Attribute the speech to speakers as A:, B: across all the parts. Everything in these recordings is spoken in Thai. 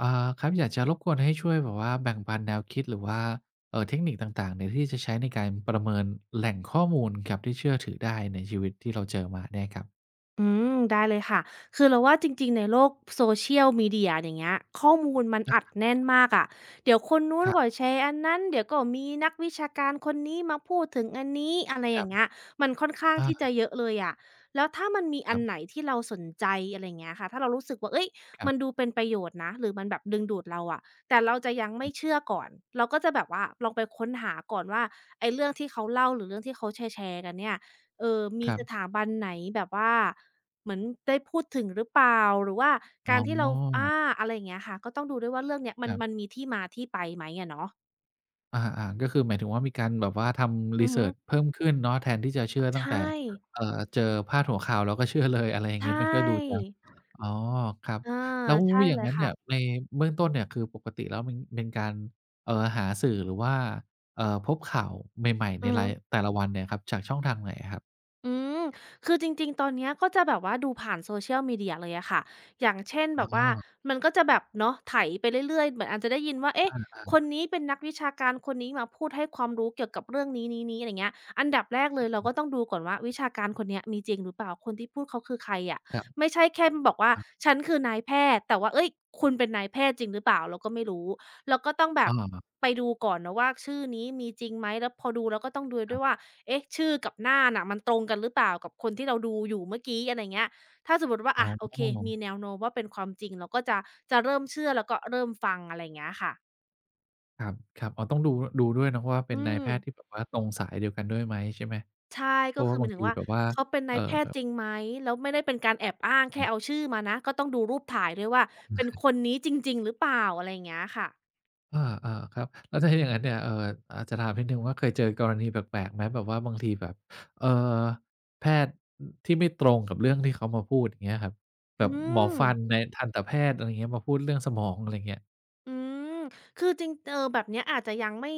A: อ่าครับอยากจะรบกวนให้ช่วยแบบว่าแบ่งปันแนวคิดหรือว่าเทคนิคต่างๆเนี่ยที่จะใช้ในการประเมินแหล่งข้อมูลครับที่เชื่อถือได้ในชีวิตที่เราเจอมาเนี่ยครับ
B: อืมได้เลยค่ะ คือเราว่าจริงๆในโลก Social Media อย่างเงี้ยข้อมูลมัน
A: นะ
B: อัดแน่นมากอะเดี๋ยวคนนู้
A: ค
B: น
A: รั
B: ก็
A: บ
B: แชร์อันนั้นเดี๋ยวก็มีนักวิชาการคนนี้มาพูดถึงอันนี้อะไร
A: ค
B: อ
A: รั
B: ย่างเงี้
A: บ
B: ยมันค่อนข้าง
A: อา
B: ที่จะเยอะเลยอะแล้วถ้ามันมี
A: ค
B: อั
A: รั
B: นไหน
A: บ
B: ที่เราสนใจอะไรอย่างเงี้ยค่ะถ้าเรารู้สึกว่าเฮ้ย
A: ครั
B: มัน
A: บ
B: ดูเป็นประโยชน์นะหรือมันแบบดึงดูดเราอะแต่เราจะยังไม่เชื่อก่อนเราก็จะแบบว่าลองไปค้นหาก่อนว่าไอ้เรื่องที่เขาเล่าหรือเรื่องที่เขาแชร์ๆกันเนี่ยเออ
A: ค
B: มี
A: รั
B: สถา
A: บ
B: บันไหนแบบว่า เหมือนได้พูดถึงหรือเปล่าหรือว่า
A: อ๋
B: กา
A: อ
B: รที่เราอาอะไรอย่างเงี้ยค่ะก็ต้องดูด้วยว่าเรื่องเนี้ยมั
A: ค
B: น
A: รั
B: มัน
A: บ
B: มีที่มาที่ไปไหมอะเนาะ
A: อาก็คือหมายถึงว่ามีการแบบว่าทำรี
B: อือฮึ
A: เสิร์ชเพิ่มขึ้นเนาะแทนที่จะเชื่อ
B: ใช
A: ตั้งแต่
B: ่
A: เออเจอพาดหัวข่าวแล้วก็เชื่อเลยอะไรอย่างงี้
B: ใช่
A: มันก็ดูจะ อ๋อครับ
B: เออ
A: แล้ว
B: ใช่
A: อย่า
B: เล
A: ง
B: ย
A: งั้น
B: ค่ะ
A: เนี่ยในเบื้องต้นเนี่ยคือปกติแล้วมันเป็นการหาสื่อหรือว่าพบข่าวใหม่ๆใน
B: อือ
A: รา
B: ฮึ
A: ยแต่ละวันเนี่ยครับจากช่องทางไหนอะครับ
B: อืมคือจริงๆ ตอนเนี้ยก็จะแบบว่าดูผ่าน social media เลยอะค่ะ อย่างเช่น
A: อ๋อ
B: แบบว่ามันก็จะแบบเนาะไถไปเรื่อยๆ เหมือนอาจจะได้ยินว่าเอ๊ะคนนี้เป็นนักวิชาการคนนี้มาพูดให้ความรู้เกี่ยวกับเรื่องนี้ๆๆอะไรเงี้ยอันดับแรกเล
A: ค
B: ยเราก็
A: รั
B: ต้อง
A: บ
B: ดูก่อนว่าวิชาการคนเนี้ยมีจริงหรือเปล่า คนที่พูดเขาคือใครอะ
A: ค
B: ไม่ใช่แค่บอกว่า
A: รับๆ
B: ฉันคือนายแพทย์แต่ว่าเฮ้ยคุณเป็นนายแพทย์จริงหรือเปล่าเราก็ไม่รู้ เราก็ต้องแบ
A: อ้อ
B: บไปดูก่อนนะว่าชื่อนี้มีจริงไหมแล้วพอดูแล้วก็ต้องดู
A: ครั
B: ด้วยว่า
A: บ
B: เอ๊ะชื่อกับหน้าน่ะมันตรงกันหรือเปล่ากับคนที่เราดูอยู่เมื่อกี้อะไรเงี้ยถ้าสมมติว่า
A: อ๋
B: อะโอเค
A: อ
B: มีแนวโน้มว่าเป็นความจริงเราก็จะเริ่มเชื่อแล้วก็เริ่มฟังอะไรอย่างเงี้ยค่ะ
A: ครับครับอ๋อต้องดูดูด้วยเนาะว่าเป็
B: อื
A: นนาย
B: ม
A: แพทย์ที่แบบว่าตรงสายเดียวกันด้วยไหมใช่ไหม
B: ใช่
A: เพ
B: ก็
A: ราะ
B: คื
A: ว่า
B: อห
A: บา
B: มา
A: ง
B: ยถึ
A: ที
B: งว่า
A: แบบว่า
B: เขาเป็นนา
A: เอ่อ
B: ยแพทย์จริงไหมแล้วไม่ได้เป็นการแอบอ้างแค่เอาชื่อมานะก็ต้องดูรูปถ่ายด้วยว่าเป็นคนนี้จริงๆหรือเปล่าอะไรอย่างเงี้ยค่ะ
A: อาอาครับแล้วถ้าอย่างงั้นเนี่ยอาจจะถามนิดหนึ่งว่าเคยเจอกรณีแปลกๆไหมแบบว่าบางทีแบบเอ่อแพทย์อที่ไม่ตรงกับเรื่องที่เขามาพูดอย่างเงี้ยครับแบ
B: อื
A: บหมอ
B: ม
A: ฟันในทันตแพทย์อะไรเงี้ยมาพูดเรื่องสมองอะไรเงี้ย
B: อืม คือจริงเจอแบบเนี้ยอาจจะยังไม่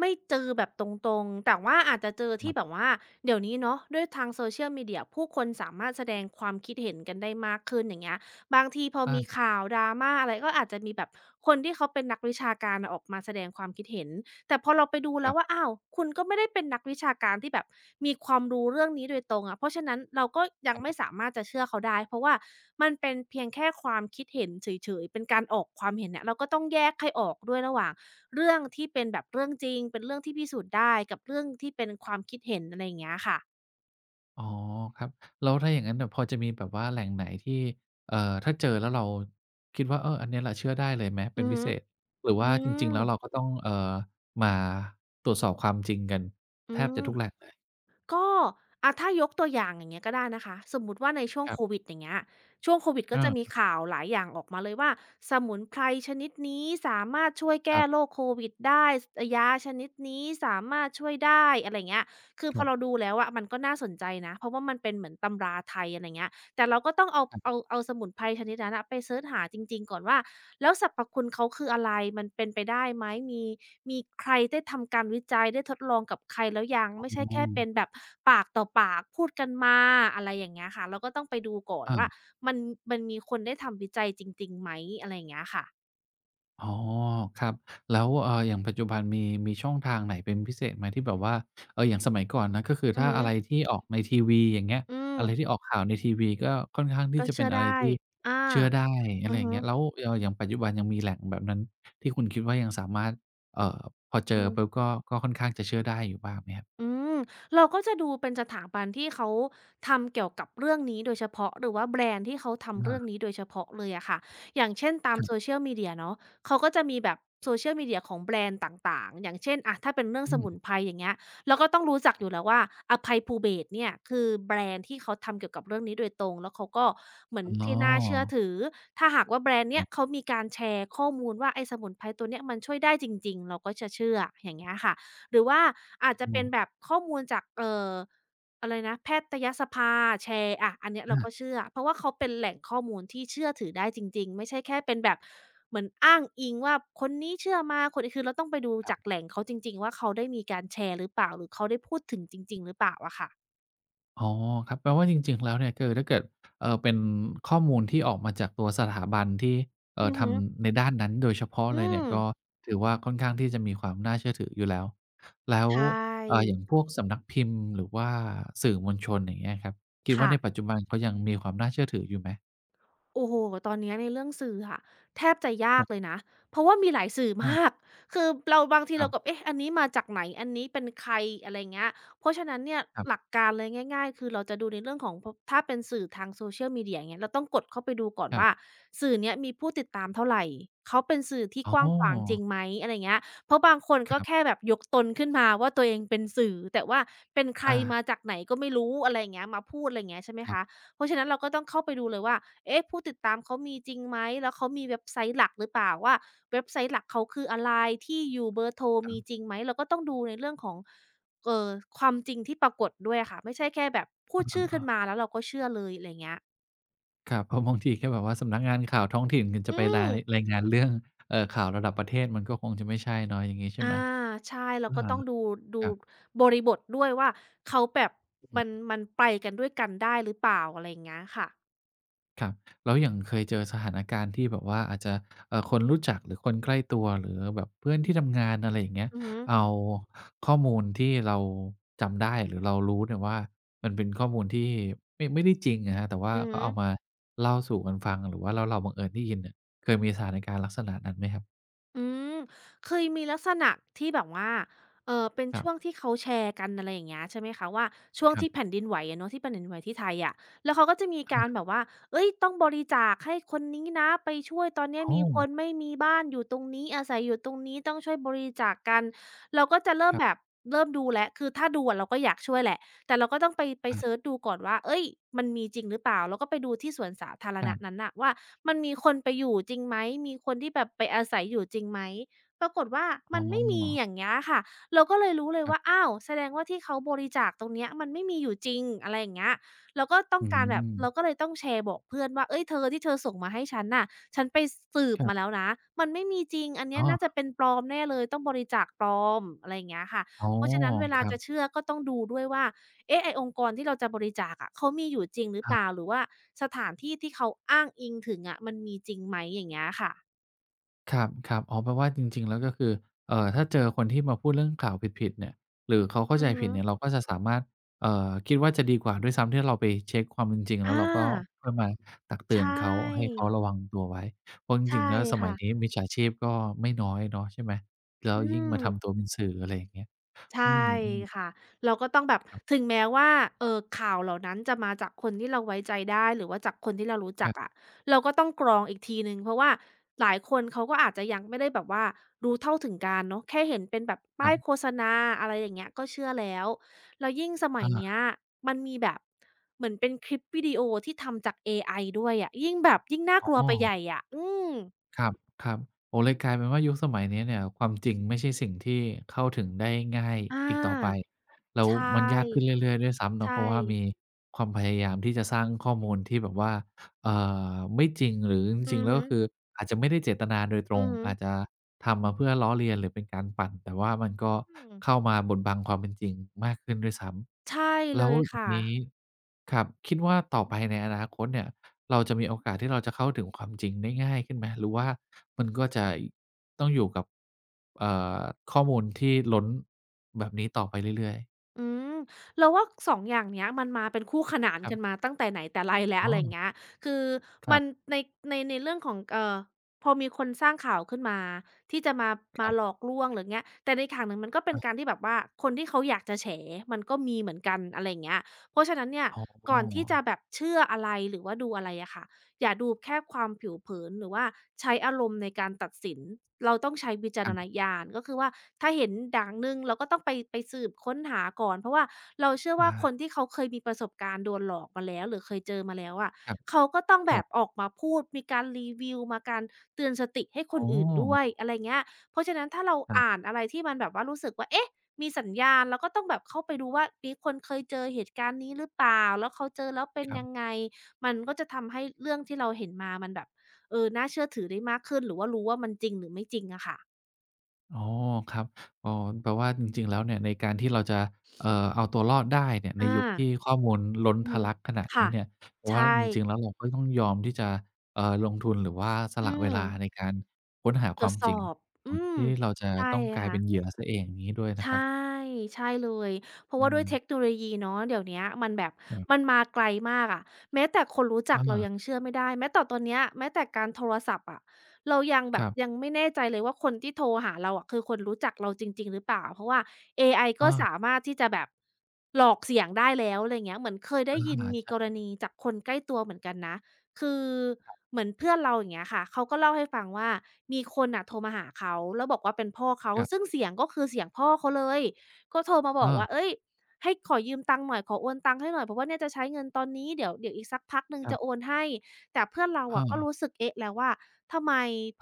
B: ไม่เจอแบบตรงๆ แต่ว่าอาจจะเจอ
A: ครั
B: ที่แบบ
A: บ
B: ว่าเดี๋ยวนี้เนาะด้วยทาง Social Media ผู้คนสามารถแสดงความคิดเห็นกันได้มากขึ้นอย่างเงี้ยบางทีพอ
A: อา
B: มีข่าว drama อะไรก็อาจจะมีแบบคนที่เขาเป็นนักวิชาการน่ะออกมาแสดงความคิดเห็น แต่พอเราไปดู
A: ค
B: แล้
A: รั
B: วว่า
A: บ
B: อ้าว คุณก็ไม่ได้เป็นนักวิชาการที่แบบมีความรู้เรื่องนี้โดยตรงอะ เพราะฉะนั้นเราก็ยั
A: ค
B: ง
A: รั
B: ไม่
A: บ
B: สามารถจะเชื่อเขาได้ เพราะว่ามันเป็นเพียงแค่ความคิดเห็นเฉยๆเป็นการออกความเห็นเนี่ยเราก็ต้องแยกให้ออกด้วยระหว่างเรื่องที่เป็นแบบเรื่องจริงเป็นเรื่องที่พิสูจน์ได้กับเรื่องที่เป็นความคิดเห็นอะไรอย่างเงี้ยค่ะ
A: อ๋อครับแล้วถ้าอย่างงั้นน่ะพอจะมีแบบว่าแหล่งไหนที่เอ่อถ้าเจอแล้วเราคิดว่าเอออันเนี้ยแหละเชื่อได้เลยไหม
B: อื
A: เป็น
B: อ
A: พิ
B: ฮึ
A: เศษหรือ
B: อื
A: ว่าจริงๆ
B: ม
A: แล้วเราก็ต้องมาตรวจสอบความจริงกัน
B: อื
A: แทบจะทุกแหล่ง
B: ม
A: เลย
B: ก็อะถ้ายกตัวอย่างอย่างเงี้ยก็ได้นะคะสมมุติว่าในช่วง
A: ครั
B: โควิ
A: บ
B: ดอย่างเงี้ยช่วงโควิดก็จะมี
A: เออ
B: ข่าวหลายอย่างออกมาเลยว่าสมุนไพรชนิดนี้สามารถช่วย
A: ครั
B: แก้โร
A: บ
B: คโควิดได้สยาชนิดนี้สามารถช่วยได้อะไรเงี้ยคือ
A: ค
B: พ
A: รั
B: อเรา
A: บ
B: ดูแล้วอะมันก็น่าสนใจนะเพราะว่ามันเป็นเหมือนตำราไทยอะไรเงี้ย แต่เราก็ต้องเอา
A: ครั
B: เอา
A: บ
B: เอาสมุนไพรชนิดนั้นอะไปเซิร์ชหาจริงๆก่อนว่าแล้วสรรพคุณเขาคืออะไรมันเป็นไปได้ไหมมีมีใครได้ทำการวิจัยได้ทดลองกับใครแล้วยัง
A: อ๋
B: ไม่ใช่แค่เป็น
A: อ
B: แบบปากต่อปากพูดกันมาอะไรอย่างเงี้ยค่ะเราก็ต้องไปดูก่อน
A: อา
B: ว่ามันมันมีคนได้ทำวิจัยจริงๆไหมอะไรอย่างเงี้ยค่ะ
A: อ๋อครับแล้วอย่างปัจจุบันมีช่องทางไหนเป็นพิเศษไหมที่แบบว่าอย่างสมัยก่อนนะก็คือ
B: อือ
A: ถ้า
B: ฮึ
A: อะไรที่ออกในทีวีอย่างเงี้ย
B: อืม
A: อะไรที่ออกข่าวในทีวีก็ค่อนข้างที่
B: ก็
A: จะเป็
B: เชื่
A: น
B: อ
A: อะไร
B: ได้
A: ที่
B: อา
A: เชื่อได้อะ
B: อื
A: ไร
B: อ
A: อย่าง
B: ฮึ
A: เงี้ยแล้วอย่างปัจจุบันยังมีแหล่งแบบนั้นที่คุณคิดว่ายังสามารถเอ่อพอเจ
B: อื
A: อ
B: ม
A: ปุ๊บก็ก็ค่อนข้างจะเชื่อได้อยู่บ้างไหมครับ
B: อืมเราก็จะดูเป็นสถาบันที่เขาทำเกี่ยวกับเรื่องนี้โดยเฉพาะหรือว่าแบรนด์ที่เขาทำ
A: อา
B: เรื่องนี้โดยเฉพาะเลยอะค่ะอย่างเช่นตา
A: ค
B: ม
A: รับ
B: Social Media เนาะเขาก็จะมีแบบ Social Media ของแบรนด์ต่างๆอย่างเช่นอะถ้าเป็นเรื่องส
A: อื
B: มุน
A: ม
B: ไพรอย่างเงี้ยเราก็ต้องรู้จักอยู่แล้วว่าอภัยภูเบศรเนี่ยคือแบรนด์ที่เขาทำเกี่ยวกับเรื่องนี้โดยตรงแล้วเขาก็เหมือน
A: อ๋อ
B: ที่น่าเชื่อถือถ้าหากว่าแบรนด์
A: อ๋
B: เนี้ย
A: อ
B: เขามีการแชร์ข้อมูลว่าไอ้สมุนไพรตัวเนี้ยมันช่วยได้จริงๆเราก็จะเชื่ออย่างเงี้ยค่ะ หรือว่าอาจจะเป็
A: อ
B: นแบบข้อมูลจากอะไรนะแพทยสภาแชร์อะอันเนี้ยเราก็
A: า
B: เชื่อเพราะว่าเขาเป็นแหล่งข้อมูลที่เชื่อถือได้จริงๆไม่ใช่แค่เป็นแบบเหมือนอ้างอิงว่าคนนี้เชื่อมาคนนี้คือเราต้องไปดู
A: ครั
B: จากแห
A: บ
B: ล่งเขาจริงๆว่าเขาได้มีการแชร์หรือเปล่าหรือเขาได้พูดถึงจริงๆหรือเปล่าอะค่ะ
A: อ๋อครับแปลว่าจริงๆแล้วเนี่ยคือถ้าเกิดเป็นข้อมูลที่ออกมาจากตัวสถาบันที่
B: อือ
A: ท
B: ฮึ
A: ำในด้านนั้นโดยเฉพาะเล
B: อื
A: ยเนี่ย
B: ม
A: ก็ถือว่าค่อนข้างที่จะมีความน่าเชื่อถืออยู่แล้วแล้ว
B: ใช่
A: อย่างพวกสำนักพิมพ์หรือว่าสื่อมวลชนอย่างเงี้ยครับคิดว่าในปัจ
B: ค่ะ
A: จุบันเขายังมีความน่าเชื่อถืออยู่ไหม
B: โอ้โฮตอนเนี้ยในเรื่องสื่ออะแทบจะยา
A: ค
B: กเล
A: รับ
B: ยนะเพราะว่ามีหลายสื่อมา
A: เออ
B: ก คือเราบางที
A: ครั
B: เราก็
A: บ
B: เอ๊ะอันนี้มาจากไหนอันนี้เป็นใครอะไรเงี้ยเพราะฉะนั้นเนี่ยห
A: ๆ
B: ลักการเลยง่ายๆคือเราจะดูในเรื่องของพถ้าเป็นสื่อทาง Social Media อย่างเงี้ยเราต้องกดเข้าไปดูก่อน
A: ครั
B: ว่า
A: บ
B: สื่อเนี้ยมีผู้ติดตามเท่าไรเขาเป็นสื่อที่
A: อ๋
B: กว้างขวางจริ
A: อ
B: งไหมอะไรเงี้ยเพราะบางคนก็
A: ครั
B: แค่
A: บ
B: แบบยกตนขึ้นมาว่าตัวเองเป็นสื่อแต่ว่าเป็นใคร
A: อา
B: มาจากไหนก็ไม่รู้อะไรอย่างเงี้ยมาพูดอะไรเงี้ยใช่ไหม
A: คร
B: คะ
A: ั
B: เพราะฉะนั้นเราก็ต้องเข้าไปดูเลยว่าเอ๊ะผู้ติดตามเขามีจริงไหมแล้วเขามีเว็บไซต์หลักหรือเปล่าว่าเว็บไซต์หลักเขาคืออะไรที่อยู่เบอร์โทร
A: บๆ
B: มีจริงไหม เราก็ต้องดูในเรื่องของเอ่อความจริงที่ปรากฏด้วยอะค่ะ ไม่ใช่แค่แบบพูดชื่อขึ้นมาแล้วเราก็เชื่อเลยอะไรเงี้ย
A: ครับเพราะ บางทีแค่แบบว่าสำนักงานข่าวท้องถิ่นคุณจะ
B: อื
A: ไป
B: ม
A: รายงานเรื่องข่าวระดับประเทศมันก็คงจะไม่ใช่เนาะอย่างงี้ใช่
B: อา
A: ไหม
B: ใช่เราก็
A: อา
B: ต้องดูดู
A: ครับ
B: บริบทด้วยว่าเขาแบบ
A: อืม
B: มันไปกันด้วยกันได้หรือเปล่าอะไรอย่างเงี้ยค่ะ
A: ครับแล้วอย่างเคยเจอสถานการณ์ที่แบบว่าอาจจะคนรู้จักหรือคนใกล้ตัวหรือแบบเพื่อนที่ทำงานอะไรอย่างเงี้ย
B: อือฮึ
A: เอาข้อมูลที่เราจำได้หรือเรารู้เนี่ยว่ามันเป็นข้อมูลที่ไม่ได้จริงอะครับแต่ว่า
B: อือ
A: ก็
B: ฮึ
A: เอามาเล่าสู่กันฟังหรือว่าแล้วเราบังเอิญได้ยินเนี่ยเคยมีสถานการณ์ลักษณะนั้นไหมครับ
B: อืมเคยมีลักษณะที่แบบว่าเป็น
A: ครั
B: ช่วง
A: บ
B: ที่เขาแชร์กันอะไรอย่างเงี้ยใช่ไหมคะว่าช่วง
A: ค
B: ที่
A: รับ
B: แผ่นดินไหวอะเนาะที่แผ่นดินไหวที่ไทยอะแล้วเขาก็จะมีการ
A: อา
B: แบบว่าเฮ้ยต้องบริจาคให้คนนี้นะไปช่วยตอนเนี้ย
A: โอ้
B: มีคนไม่มีบ้านอยู่ตรงนี้อาศัยอยู่ตรงนี้ต้องช่วยบริจาคกันเราก็จะเริ่
A: ค
B: ม
A: รั
B: แบบ
A: บ
B: เริ่มดูแล้วคือถ้าดูอะเราก็อยากช่วยแหละ แต่เราก็ต้องไปเซิร์ช
A: อ
B: ดูก่อนว่าเอ้ยมันมีจริงหรือเปล่า แล้วก็ไปดูที่สวนสาธาร
A: ครั
B: ณะ
A: บ
B: นั้นน่ะว่ามันมีคนไปอยู่จริงไหม มีคนที่แบบไปอาศัยอยู่จริงไหม ปรากฏว่า
A: อ๋อ
B: มันไม่มีอย่างเงี้ยค่ะเราก็เลยรู้เลย
A: ครั
B: ว่า
A: บ
B: อ้าวแสดงว่าที่เขาบริจาคตรงเนี้ยมันไม่มีอยู่จริงอะไรอย่างเงี้ยเราก็ต้อง
A: อื
B: การแบบ
A: ม
B: เราก็เลยต้องแชร์บอกเพื่อนว่าเฮ้ยเธอที่เธอส่งมาให้ฉันน่ะฉันไปสืบ
A: ครั
B: มาแล้ว
A: บ
B: นะมันไม่มีจริงอันเนี้
A: อ๋
B: ย
A: อ
B: น่าจะเป็นปลอมแน่เลยต้องบริจาคปลอมอะไรอย่างเงี้ยค่ะ
A: อ๋อ
B: เพราะฉะนั้นเว
A: ค
B: ลา
A: รั
B: จะ
A: บ
B: เชื่อก็ต้องดูด้วยว่า เอ๊ะไอ้องค์กรที่เราจะบริจาคอะเขามีอยู่จริงหรือเป
A: อา
B: ล่าหรือว่าสถานที่ที่เขาอ้างอิงถึงอะมันมีจริงไหมอย่างเงี้ยค่ะ
A: ครับๆอ๋อแปลว่าจริงๆ แล้วก็คือถ้าเจอคนที่มาพูดเรื่องข่าวผิดๆเนี่ยหรือเขาเข้า
B: อื
A: ใจ
B: อ
A: ผิ
B: ฮึ
A: ดเนี่ยเราก็จะสามารถ เอ่อคิดว่าจะดีกว่าด้วยซ้ำที่เราไปเช็คความเป็นจริงแล้ว
B: อา
A: เราก็ค่อยมาตักเตื
B: ใช
A: อนเขาให้
B: ่
A: เขาระวังตัวไว้เพราะจ
B: ใช่
A: ริงๆแล้วสมัย
B: ค่ะ
A: นี้มิจฉาชีพก็ไม่น้อยเนาะใช่ไหมแล้ว
B: อื
A: ยิ่งมาทำตัว
B: ม
A: เป็นสื่ออะไรอย่างเงี้ย
B: ใช
A: อื
B: ่
A: มๆ
B: ค่ะเราก็ต้องแบบ
A: ค
B: ถึงแม้ว่าข่าวเหล่านั้นจะมาจากคนที่เราไว้ใจได้หรือว่าจากคนที่เรารู้จัก
A: รั
B: อะเราก็ต้องกรองอีกทีหนึ่งเพราะว่าหลายคนเขาก็อาจจะยังไม่ได้แบบว่ารู้เท่าถึงการณ์เนาะแค่เห็นเป็นแบบ
A: บ
B: ป้าย
A: ๆ
B: โฆ
A: ๆ
B: ษณาอะไรอย่างเงี้ยก็เชื่อแล้วแล้วยิ่งสมัยเนี้ย
A: อา
B: มันมีแบบเหมือนเป็นคลิปวิดีโอที่ทำจากเอไอด้วยอะยิ่งแบบยิ่งน่า
A: อ๋
B: กลัวไปใหญ่
A: อ
B: อะอืม
A: ครับครับโอ้เลยกลายเป็นว่ายุคสมัยนี้เนี่ยความจริงไม่ใช่สิ่งที่เข้าถึงได้ง่าย
B: อา
A: อีกต่อไปแล้ว
B: ใช่
A: มันยากขึ้นเรื่อยๆด้วยซ้ำเนาะ
B: ใช่
A: เพราะว่ามีความพยายามที่จะสร้างข้อมูลที่แบบว่า เอ่าไม่จริงหรือจ
B: อื
A: ริงๆ
B: อ
A: แล้ว
B: ฮึ
A: ก็คืออาจจะไม่ได้เจตนาโดยตร
B: อื
A: ง
B: อฮึ
A: อาจจะทำมาเพื่อล้อเลียนหรือเป็นการปั่นแต่ว่ามันก็
B: อืม
A: เข้ามาบดบังความเป็นจริงมากขึ้นด้วยซ้
B: ใช่
A: ำ
B: เล
A: แล้ว
B: ย
A: อย่าง
B: ค่ะ
A: งี้ครับคิดว่าต่อไปในอนาคตเนี่ยเราจะมีโอกาสที่เราจะเข้าถึงความจริงได้ง่ายขึ้นไหมหรือว่ามันก็จะต้องอยู่กับเอ่อข้อมูลที่ล้นแบบนี้ต่อไปเรื่อย
B: อืมเราว่าสองอย่างเนี้ยมันมาเป็นคู่ขนา
A: ๆ
B: น
A: ครับ
B: กันมาตั้งแต่ไหนแต่ไรแล้ว
A: อ๋อ
B: อะไรอย่างเงี้ยคือ
A: ครั
B: มัน
A: บ
B: ในในเรื่องของพอมีคนสร้างข่าวขึ้นมาที่จะมาหลอกลวงหรือเงี้ยแต่ในอีกทางหนึ่งมันก็
A: ๆ
B: เป็นการ
A: อะ
B: ที่แบบว่าคนที่เขาอยากจะแฉมันก็มีเหมือนกันอะไรอย่างเงี้ยเพราะฉะนั้นเนี่ย
A: อ๋อ
B: ก่อนที่จะแบบเชื่ออะไรหรือว่าดูอะไรอะค่ะ อย่าดูแค่ความผิวเผินหรือว่าใช้อารมณ์ในการตัดสินเราต้องใช้วิจา
A: ค
B: รณ
A: รับ
B: ญาณก็คือว่าถ้าเห็นอย่างหนึ่งเราก็ต้องไปสืบค้นหาก่อนเพราะว่าเราเชื่อ
A: อา
B: ว่าคนที่เขาเคยมีประสบการณ์โดนหลอกมาแล้วหรือเคยเจอมาแล้วอะ
A: คร
B: เขาก็ต้องแบ
A: ับ
B: บอ
A: ๆ
B: อกมาพูดมีการรีวิวมาการเตือนสติให้ค
A: อ๋
B: น
A: อ
B: อื่นด้วยอะไรเงี้ยเพราะฉะนั้นถ้าเรา
A: ครั
B: อ่าน
A: บ
B: อะไรที่มันแบบว่ารู้สึกว่าเอ๊ะมีสัญญาณเราก็ต้องแบบเข้าไปดูว่ามีคนเคยเจอเหตุการณ์นี้หรือเปล่าแล้วเขาเจอแล้วเป็น
A: ครั
B: ยัง
A: บ
B: ไง มันก็จะทำให้เรื่องที่เราเห็นมา มันแบบ เออ น่าเชื่อถือได้มากขึ้น หรือว่ารู้ว่ามันจริงหรือไม่จริงอะค่ะ
A: อ๋อครับอ๋อแปลว่าจริงๆแล้วเนี่ยในการที่เราจะเอ่อเอาตัวรอดได้เนี่ยใน
B: อา
A: ยุคที่ข้อมูลล้น
B: อือ
A: ทะ
B: ฮึ
A: ลักขนาดนี้
B: ค่ะ
A: เนี่ยเพราะว่า
B: ใช่
A: จริงๆแล้วเราก็ต้องยอมที่จะลงทุนหรือว่าส
B: อื
A: ละเว
B: ม
A: ลาในการค้นหา
B: ต
A: ค
B: ร
A: วา
B: ว
A: ม
B: จส
A: จริง
B: อบ
A: ก่
B: อื
A: อน
B: ม
A: ที่เราจะ
B: ใช่
A: ต้องกลาย
B: ค่ะ
A: เป็นเหยื่อเสียเองอย่างงี้ด้วยนะครั
B: ใช่
A: บ
B: ใช่เลยเพราะ
A: อื
B: ว่าด้ว
A: ม
B: ยเทคโนโลยีเนาะเดี๋ยวเนี้ยมันแบบ
A: ครั
B: มั
A: บ
B: นมาไกลมากอะแม้แต่คนรู้จัก
A: อา
B: เรายังเชื่อไม่ได้แม้แต่ตอนเนี้ยแม้แต่การโทรศัพท์อะเรายังแบ
A: ค
B: บ
A: รั
B: ยั
A: บ
B: งไม่แน่ใจเลยว่าคนที่โทรหาเราอะคือคนรู้จักเราจริงๆหรือเปล่าเพราะว่าเอไอก็
A: อา
B: สามารถที่จะแบบหลอกเสียงได้แล้วอะไรเงี้ยเหมือนเคยได้
A: อา
B: ยินมีกร
A: ใช่
B: ณีจากคนใกล้ตัวเหมือนกันนะ คือเหมือนเพื่อนเราอย่างเงี้ยค่ะเขาก็เล่าให้ฟังว่ามีคนน่ะโทรมาหาเขาแล้วบอกว่าเป็นพ่อเขา
A: ครั
B: ซึ่ง
A: บ
B: เสียงก็คือเสียงพ่อเขาเลยก็โทรมาบอก
A: อา
B: ว่าเฮ้ยให้ขอยืมตังค์หน่อยขอโอนตังค์ให้หน่อยเพราะว่าเนี่ยจะใช้เงินตอนนี้เดี๋ยวอีกสักพักหนึ่ง
A: ครั
B: จะโอน
A: บ
B: ให้แต่เพื่อนเราอะก็รู้
A: อา
B: สึกเอ๊ะแล้วว่าทำไม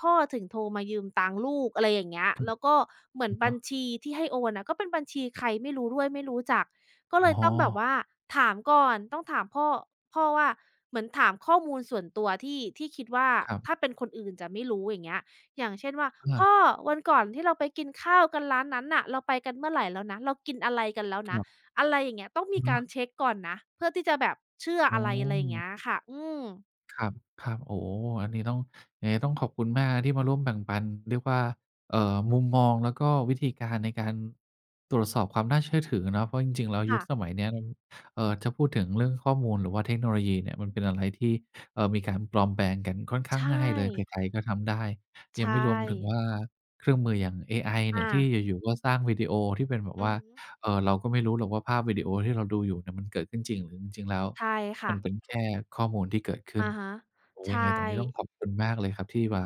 B: พ่อถึงโทรมายืมตังค์ลูกอะไรอย่างเงี้ย
A: ครับ
B: แล้วก็เหมือน
A: อะ
B: บัญ
A: ฮะ
B: ชีที่ให้โอนน่ะก็เป็นบัญชีใครไม่รู้ด้วยไม่รู้จัก ก็เลย
A: อ๋อ
B: ต้องแบบว่าถามก่อนต้องถามพ่อว่าเหมือนถามข้อมูลส่วนตัวที่คิดว่า
A: ครั
B: ถ้า
A: บ
B: เป็นคนอื่นจะไม่รู้อย่างเงี้ยอย่างเช่นว่า
A: อา
B: พ่อวันก่อนที่เราไปกินข้าวกันร้านนั้นน่ะเราไปกันเมื่อไรแล้วนะเรากินอะไรกันแล้ว
A: ค
B: นะ
A: รับ
B: อะไรอย่างเงี้ยต้องมี
A: อะ
B: กา
A: ฮะ
B: รเช็กก่อนนะเพื่อที่จะแบบเชื่อ
A: อ๋
B: อะไรอะไรอย่างเงี้ย
A: อ
B: ค่ะอืม
A: ครับครับโอ้โฮอันนี้ต้องยังไงต้องขอบคุณมากนะที่มาร่วมแบ่งปันเรียกว่ามุมมองแล้วก็วิธีการในการตรวจสอบความน่าเชื่อถือเนาะเพราะจริงๆแล้วยุ
B: ค่ะ
A: คสมัยเนี้ยมันจะพูดถึงเรื่องข้อมูลหรือว่าเทคโนโลยีเนี่ยมันเป็นอะไรที่มีการปลอมแปลงกันค่อนข้าง
B: ใช่
A: ง่ายเลยใครๆก็ทำได้ยัง
B: ใช่
A: ไม่รวมถึงว่าเครื่องมืออย่างเอไอเนี่ย
B: อา
A: ที่อยู่ๆก็สร้างวิดีโอที่เป็นแบบ
B: อือ
A: ว่า
B: ฮึ
A: เราก็ไม่รู้หรอกว่าภาพวิดีโอที่เราดูอยู่เนี่ยมันเกิดขึ้นจริงหรือจริงๆแล้ว
B: ใช่
A: มั
B: ค่ะ
A: นเป็นแค่ข้อมูลที่เกิดขึ้น
B: อะฮะ
A: โอ้โฮ
B: ใช
A: ยังไง
B: ่
A: ตรงนี้ต้องขอบคุณมากเลยครับที่มา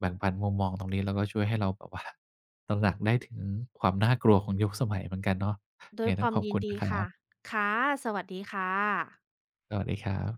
A: แบ่งปันมุมมองตรงนี้แล้วก็ช่วยให้เราแบบว่า ตระหนักได้ถึงความน่ากลัวของยุคสมัยเหมือนกันเนาะยั
B: ด้
A: ง
B: วย
A: ไง
B: ค
A: ต้อ
B: วา
A: ง
B: ม
A: ขอบ
B: ยิ
A: คุ
B: น
A: ณ
B: ดี
A: นะครั
B: ค่ะ
A: บ
B: ค่ะสวัสดีค่ะ
A: สวัสดีครับ